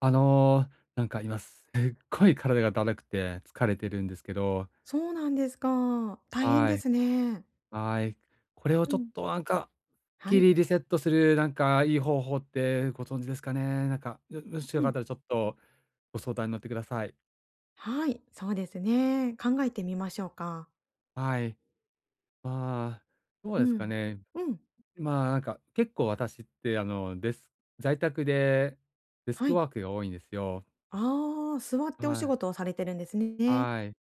なんか今すっごい体がだるくて疲れてるんですけど、そうなんですか。大変はでい、すね。はい。これをうちょっん。となんか、すはきい。りリリセットするなんかいい方法ってご存知ですかね？なんか、よもしようかん。ったらちょっとご相談に乗ってください。はい、そうですね。考えてみましょうか。はい。まあ、どううですかん。ね。うん。まあ、なんか結構私って在宅でデスはクい。ワークが多いんですよ。ああ、座っておは仕い、事をされてるんですね。はい。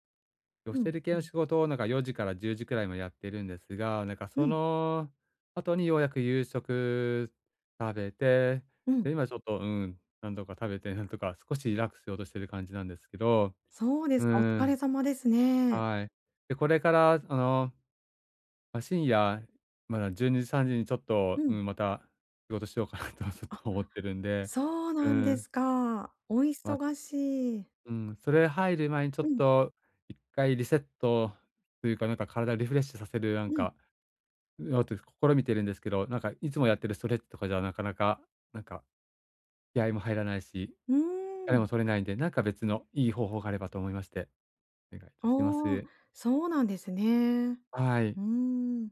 教うん、える系うのん。仕事をなんか4時から10時くらいまでやってるんですが、なんかうそん、の後にようやく夕食食べて、うん。で、今ちょっと、うん、なんとか食べて、なんとか少しリラックスしようとしてる感じなんですけど、そうでうすーか、お疲れん、様ですね。はい。で、これから、まあ、深夜、まだ12時、3時にちょっうと、うん。ん、また仕事しようかな とちょっと思ってるんで、そううなんーでん、すか。おまあ、忙しい。うん、それ入る前にちょうっん、と一回リセットというか、なんか体をリフレッシュさせるなんうん。かやって、試みてるんですけど、なんかいつもやってるストレッチとかじゃなかなか、なんか気合も入らないし、うー疲れん。も取れないんで、なんか別のいい方法があればと思いまして、お願いいたしまああ、す。そうなんですね。はうい。ーん。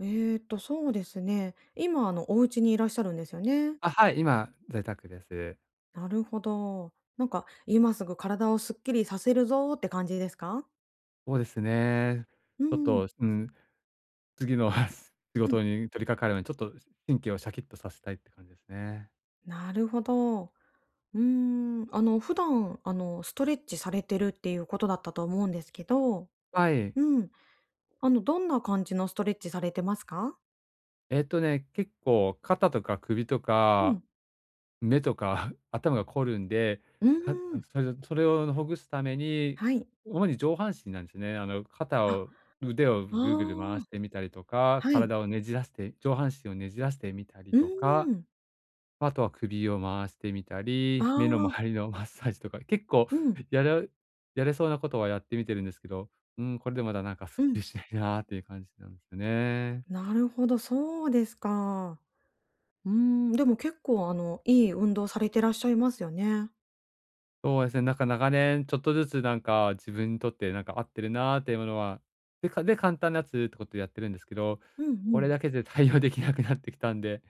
そうですね。今、お家にいらっしゃるんですよね。あ、はい、今在宅です。なるほど。なんか、今すぐ体をすっきりさせるぞーって感じですか？そうですね。うちょっん、と、うん、次の 仕うん。事に取り掛かるのに、ちょっと神経をシャキッとさせたいって感じですね。なるほど。うーん、普段、ストレッチされてるっていうことだったと思うんですけど、はい。うん、どんな感じのストレッチされてますか？えっとね、結構肩とか首とうかん。目とか 頭が凝るんで、うーん、それをほぐすために、はい。主に上半身なんですね。あ、腕をあぐるぐる回あ、してみたりとか、はい。体をねじらして、上半身をねじらしてみたりうーとか、ん。あとは首を回してみたあり、目のあ、周りのマッサージとか、結構うん、やれやれそうなことはやってみてるんですけど、うーん、これでまだなんかすうっきりん。しないなーっていう感じなんですよね。なるほど、そうですか。うーん、でも結構いい運動されてらっしゃいますよね。そうですね、なんか長年ちょっとずつなんか自分にとってなんか合ってるなーっていうものは、で、簡単なやつってことでやってるんですけど、うんうこれん。だけで対応できなくなってきたんで、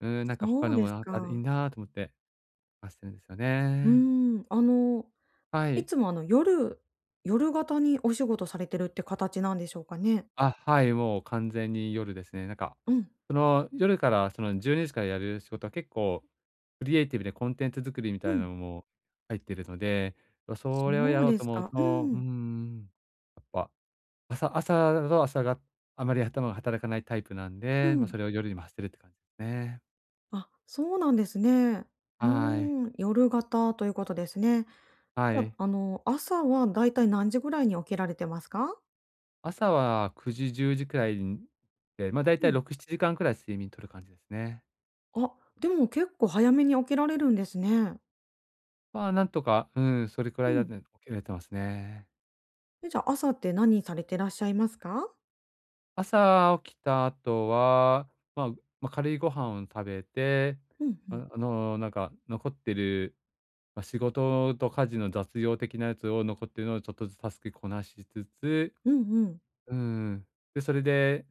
うーん、なんか他そうのでもすあったらいいか。なーと思って話してるんですようね。ーん、はいい。つも夜型にお仕事されてるって形なんでしょうかね？あ、はい、もう完全に夜ですね。なんか、うん。その夜からその12時からやる仕事は結構クリエイティブでコンテンツ作りみうたいなん。のも入ってるので、それをそやうろうでとす思うか。うと、うーん。ん、やっぱ朝だと朝があまり頭が働かないタイプなんうで、ま、ん。それを夜に回してるって感じですね。あ、そうなんですね。うはい。ーん、夜型ということですね。はじゃ、い。朝はだいたい何時ぐらいに起きられてますか？朝は9時、10時くらいに、で、ま、だいうたいん。6、7時間くらい睡眠とる感じですね。あ、でも結構早めに起きられるんですね。まあ、なんとか、うん、それくうらいだん。ね、起きれてますね。え、じゃあ、朝って何されてらっしゃいますか？朝起きた後は、まあ、ま、軽いご飯を食べて、うんうん。なんか残ってる、ま、仕事と家事の雑用的なやつを残ってるのをちょっとずつタスクこなしつつ、うんうん。うん。で、それで、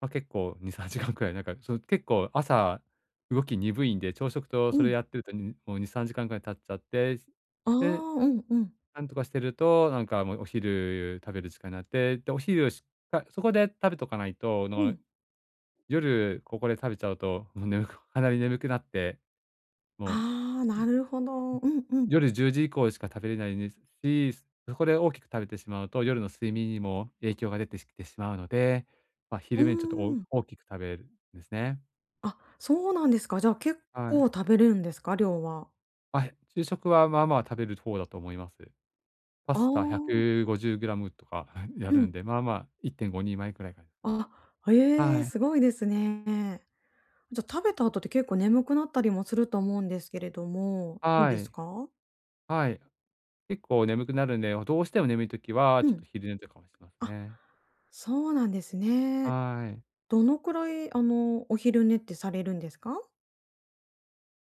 まあ、結構2、3時間くらい、なんか、その、結構朝動き鈍いんで、朝食とうそれん。やってると、にもう2、3時間くらい経っちゃって、ああ、で、うんうん。なんとかしてると、なんかもうお昼食べる時間になって、で、お昼をしっかそこで食べとかないと、うの、ん。夜ここで食べちゃうと、もうかなり眠くなって、もうああ、なるほど。うんうん。夜10時以降しか食べれないですし、そこで大きく食べてしまうと、夜の睡眠にも影響が出てきてしまうので、まあ、う昼間にちょっとーん。お大きく食べるんですね。あ、そうなんですか。じゃあ、結は構い。食べれるんですか？量は。まあ、昼食はまあまあ食べる方だと思います。パああ、スタ1 5 0ムとか やうるん。んで、まあまあ1.5人前くらいかな。あ、ええ、はい、すごいですね。じゃ、食べた後って結構眠くなったりもすると思うんですけれども、いいはですい、か？はい。結構眠くなるんで、どうしても眠い時は、うちょっん。と昼寝とかもしますあ、ね。そうなんですね。はい。どのくらい、お昼寝ってされるんですか？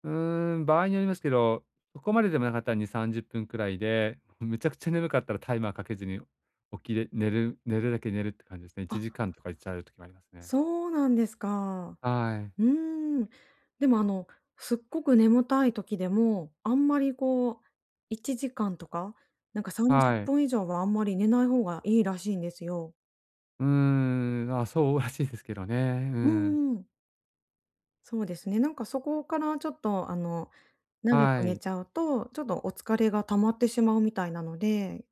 うーん、場合によりますけど、そこまででもなかったら2、30分くらいで、めちゃくちゃ眠かったらタイマーかけずに起きれ寝るだけ寝るって感じですね。1時間とかいっちゃう時もありますね。そうなんですか。はい。うーん。でも、すっごく眠たい時でも、あんまりこう、1時間とか、なんか30はい。分以上はあんまり寝ない方がいいらしいんですよ。うーん、あ、そうらしいですけどね。ううん。んうん。そうですね。なんかそこからちょっと、長はく寝い。ちゃうと、ちょっとお疲れが溜まってしまうみたいなので、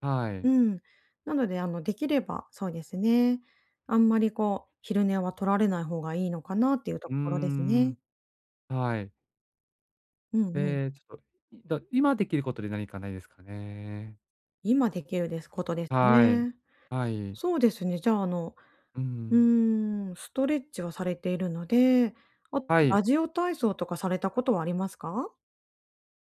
はうい。ん。なので、できれば、そうですね。あんまりこう、昼寝は取られない方がいいのかなっていううとーころですね。ん、はい。うんうん。で、ちょっと、今できることで何かないですかね。今できるですことですはい。ね。はい。そうですね、じゃあ、うん。ストレッチはされているので、あとはい。ラジオ体操とかされたことはありますか？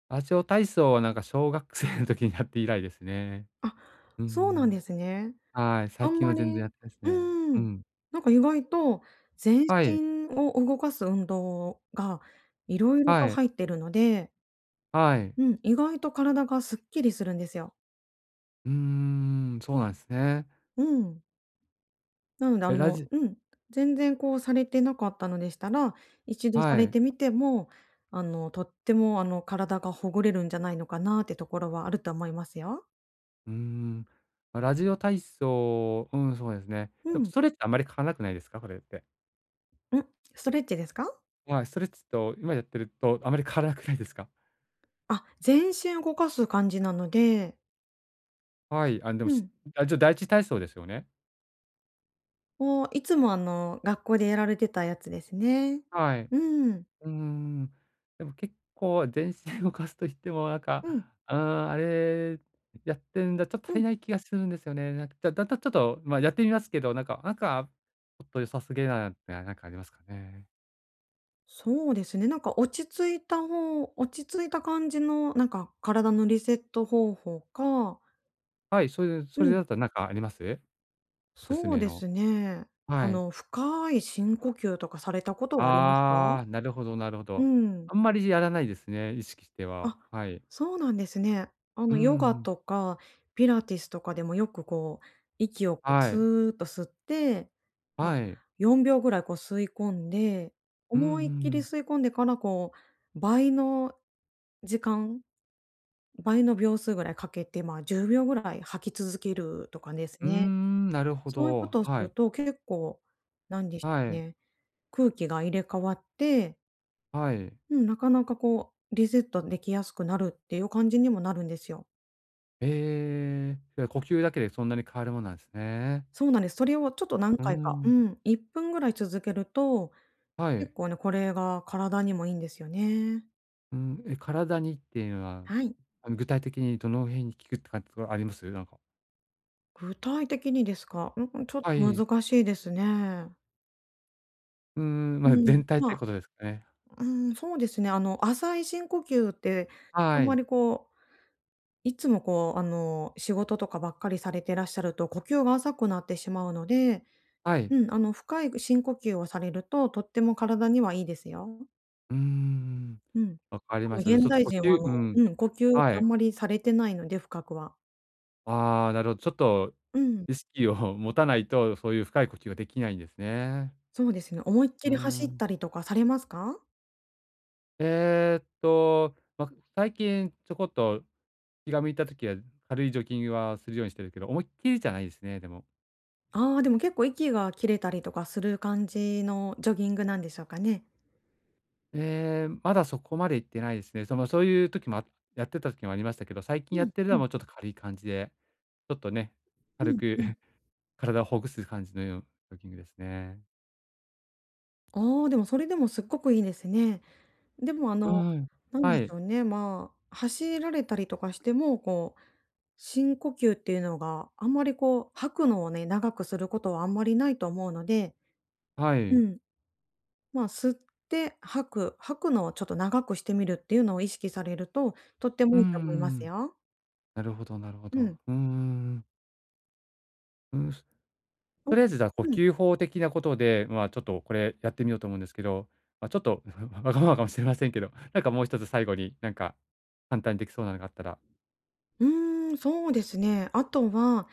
ラジオ体操はなんか小学生の時にやって以来ですね。あ、うんうそうなんでん。すね。はい、あ最ん近まはり全然やってないですね。ーうん、ん。なんか意外と全はい、身を動かす運動がいろいろはとい、入ってるので、はい。うん、意外と体がすっきりするんですよ。うーん、そうなんですね。うん。なので、え、ラジ全然こうされてなかったのでしたら、一度さはれい。てみても、とっても体がほぐれるんじゃないのかなってところはあると思いますよ。うーん。まあラジオ体操、うん、そうですね。うでもん。ストレッチあまり変わらなくないですか？これって。うん、ストレッチですか？はい、ストレッチと今やってるとあまり変わらなくないですか？あ、全身動かす感じなので、はい、あ、でも、うしん、あ、じゃ、第一体操ですよね？もういつも学校でやられてたやつですね。はい。うん。うーん。でも結構全身動かすと言っても、なんか、うん。うーん、やってんだ、ちょっとう足りん。ない気がするんですよね。なんか、だんだんちょっと、まあ、やってみますけど、ちょっと良さすぎなってなんかありますかね？そうですね、なんか落ち着いた感じの、なんか体のリセット方法か。はい、それうそれん。だったらなんかあります？おすすそうめでの。すね。はい。深い深呼吸とかされたことはありますか？ああ、なるほどなるほうど。ん。あんまりやらないですね、意識しては。あ、はい。そうなんですね。うーヨガん。とかピラティスとかでもよくこう、息をこうはスい。ーッと吸って、まあ、はい。4秒ぐらいこう吸い込んで、うんうんう思いっきりん。吸い込んでからこう、倍の時間、倍の秒数ぐらいかけて、まあ、10秒ぐらい吐き続けるとかですうーね。ん、なるほそういうこど。とをすはるい。と結構、なんでしょうはい。ね、空気が入れ替わって、はい。うん、なかなかこうリセットできやすくなるっていう感じにもなるんですよ。ええ、じゃあ呼吸だけでそんなに変わるものなんですね。そうなんです。それをちょっと何うー回か、うん、ん、1分ぐらい続けると、は結い。構ね、これが体にもいいんですよね。うん、え、体にっていうのは、はい。あの、具体的にどの辺に効くって感じとかあります？なんか。具体的にですか？うん、ちょっとはい。難しいですね。うーん、ま、うん、全体っまてあ、ことですかね。うん、そうですね、浅い深呼吸って、あんはまい、りこう、いつもこう、仕事とかばっかりされてらっしゃると、呼吸が浅くなってしまうので、はい。うん、深い深呼吸をされると、とっても体にはいいですよ。うーん、うん。わかりました。じゃ、ち現ょっと代呼人は、吸、うん、呼吸はあんい。まりされてないので、深くは。ああ、なるほど。ちょっとうん、意識を持たないと、そういう深い呼吸ができないんですね。そうですね。思いっきうーり走っん。たりとかされますか？えっとま、最近ちょこっと気が向いた時は軽いジョギングはするようにしてるけど、思いっきりじゃないですね、でも。ああー、でも結構息が切れたりとかする感じのジョギングなんでしょうかね？えーまだそこまで行ってないですね。その、そういう時もやってた時もありましたけど、最う近やっんてるのうはんもうちょっと軽い感じで、ちょっとね、う軽んく うん。体をほぐす感じのようなジョギングですね。ああ、でもそれでもすっごくいいですね。でも、うん。なんはでしい、ょうね、まあ、走られたりとかしても、こう深呼吸っていうのが、あんまりこう、吐くのをね、長くすることはあんまりないと思うので、はうい。ん、まあ、吸って吐く、吐くのをちょっと長くしてみるっていうのを意識されると、とってうもんいいと思いますん、よ。なるほどなるほうど。ん。うんうんうん。おとりあえずじゃあ、呼うん。吸法的なことで、まあ、ちょっとこれやってみようと思うんですけど、まあ、ちょっと わがままかもしれませんけど、なんかもう一つ最後になんか、簡単にできそうなのがあったら。うーん、そうですね。あとは、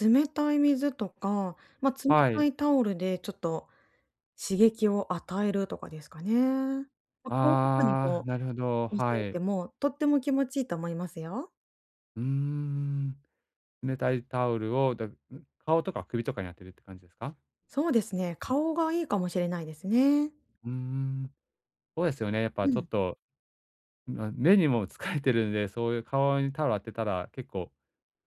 冷たい水とか、まあ、冷はたい。いタオルでちょっと刺激を与えるとかですかね。まあ、顔とかにああ、こなるほど、う、押さはえい。ても、とっても気持ちいいと思いますよ。うーん。冷たいタオルを、顔とか首とかに当てるって感じですか？そうですね。顔がいいかもしれないですね。うーん、そうですよね、やっぱうちょっん。と、ま、目にも疲れてるんで、そういう顔にタオル当てたら、結構、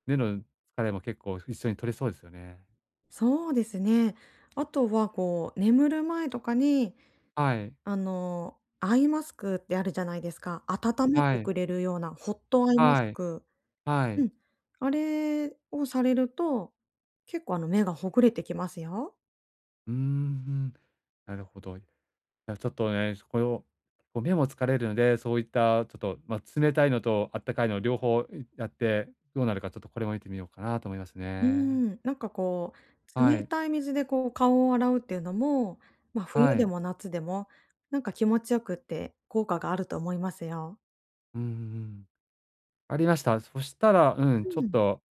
目の疲れも結構一緒に取れそうですよね。そうですね。あとはこう、眠る前とかに、はい、アイマスクってあるじゃないですか。温めはてい、くれるようなホットアイマスはい。ク。はうい。ん。あれをされると、結構目がほぐれてきますよ。うーん、なるほど。いや、ちょっとね、この、こう目も疲れるので、そういったちょっと、まあ、冷たいのとあったかいの両方いやって、どうなるかちょっとこれも見てみようかなと思いますうね。ん。なんかこう、は冷い、たい水でこう顔を洗うっていうのも、まあ、冬はでい。も夏でも、なんか気持ちよくって効果があると思いますよ。うんうん。ありました。そしたら、うん、うちょっん。と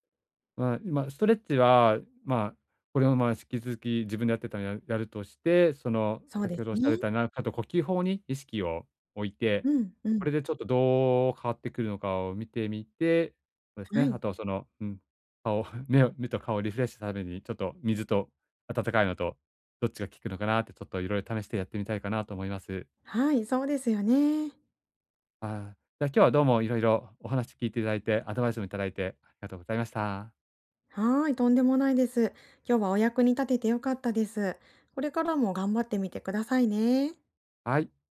まあ、今ストレッチは、まあ、これを、まあ、引き続き自分でやってたのや、やるとして、その、そう先ですほどおっしゃられね。たような、あと呼吸法に意識を置いて、うんうん。これでちょっとどう変わってくるのかを見てみて、そうですはね、あい。とはその、うん、目と顔をリフレッシュするために、ちょっと水と温かいのと、どっちが効くのかなってちょっといろいろ試してやってみたいかなと思います。はい、そうですよね。あじゃあ今日はどうもいろいろお話聞いていただいて、アドバイスもいただいてありがとうございました。はい、とんでもないです。今日はお役に立てて良かったです。これからも頑張ってみてくださいね。はい。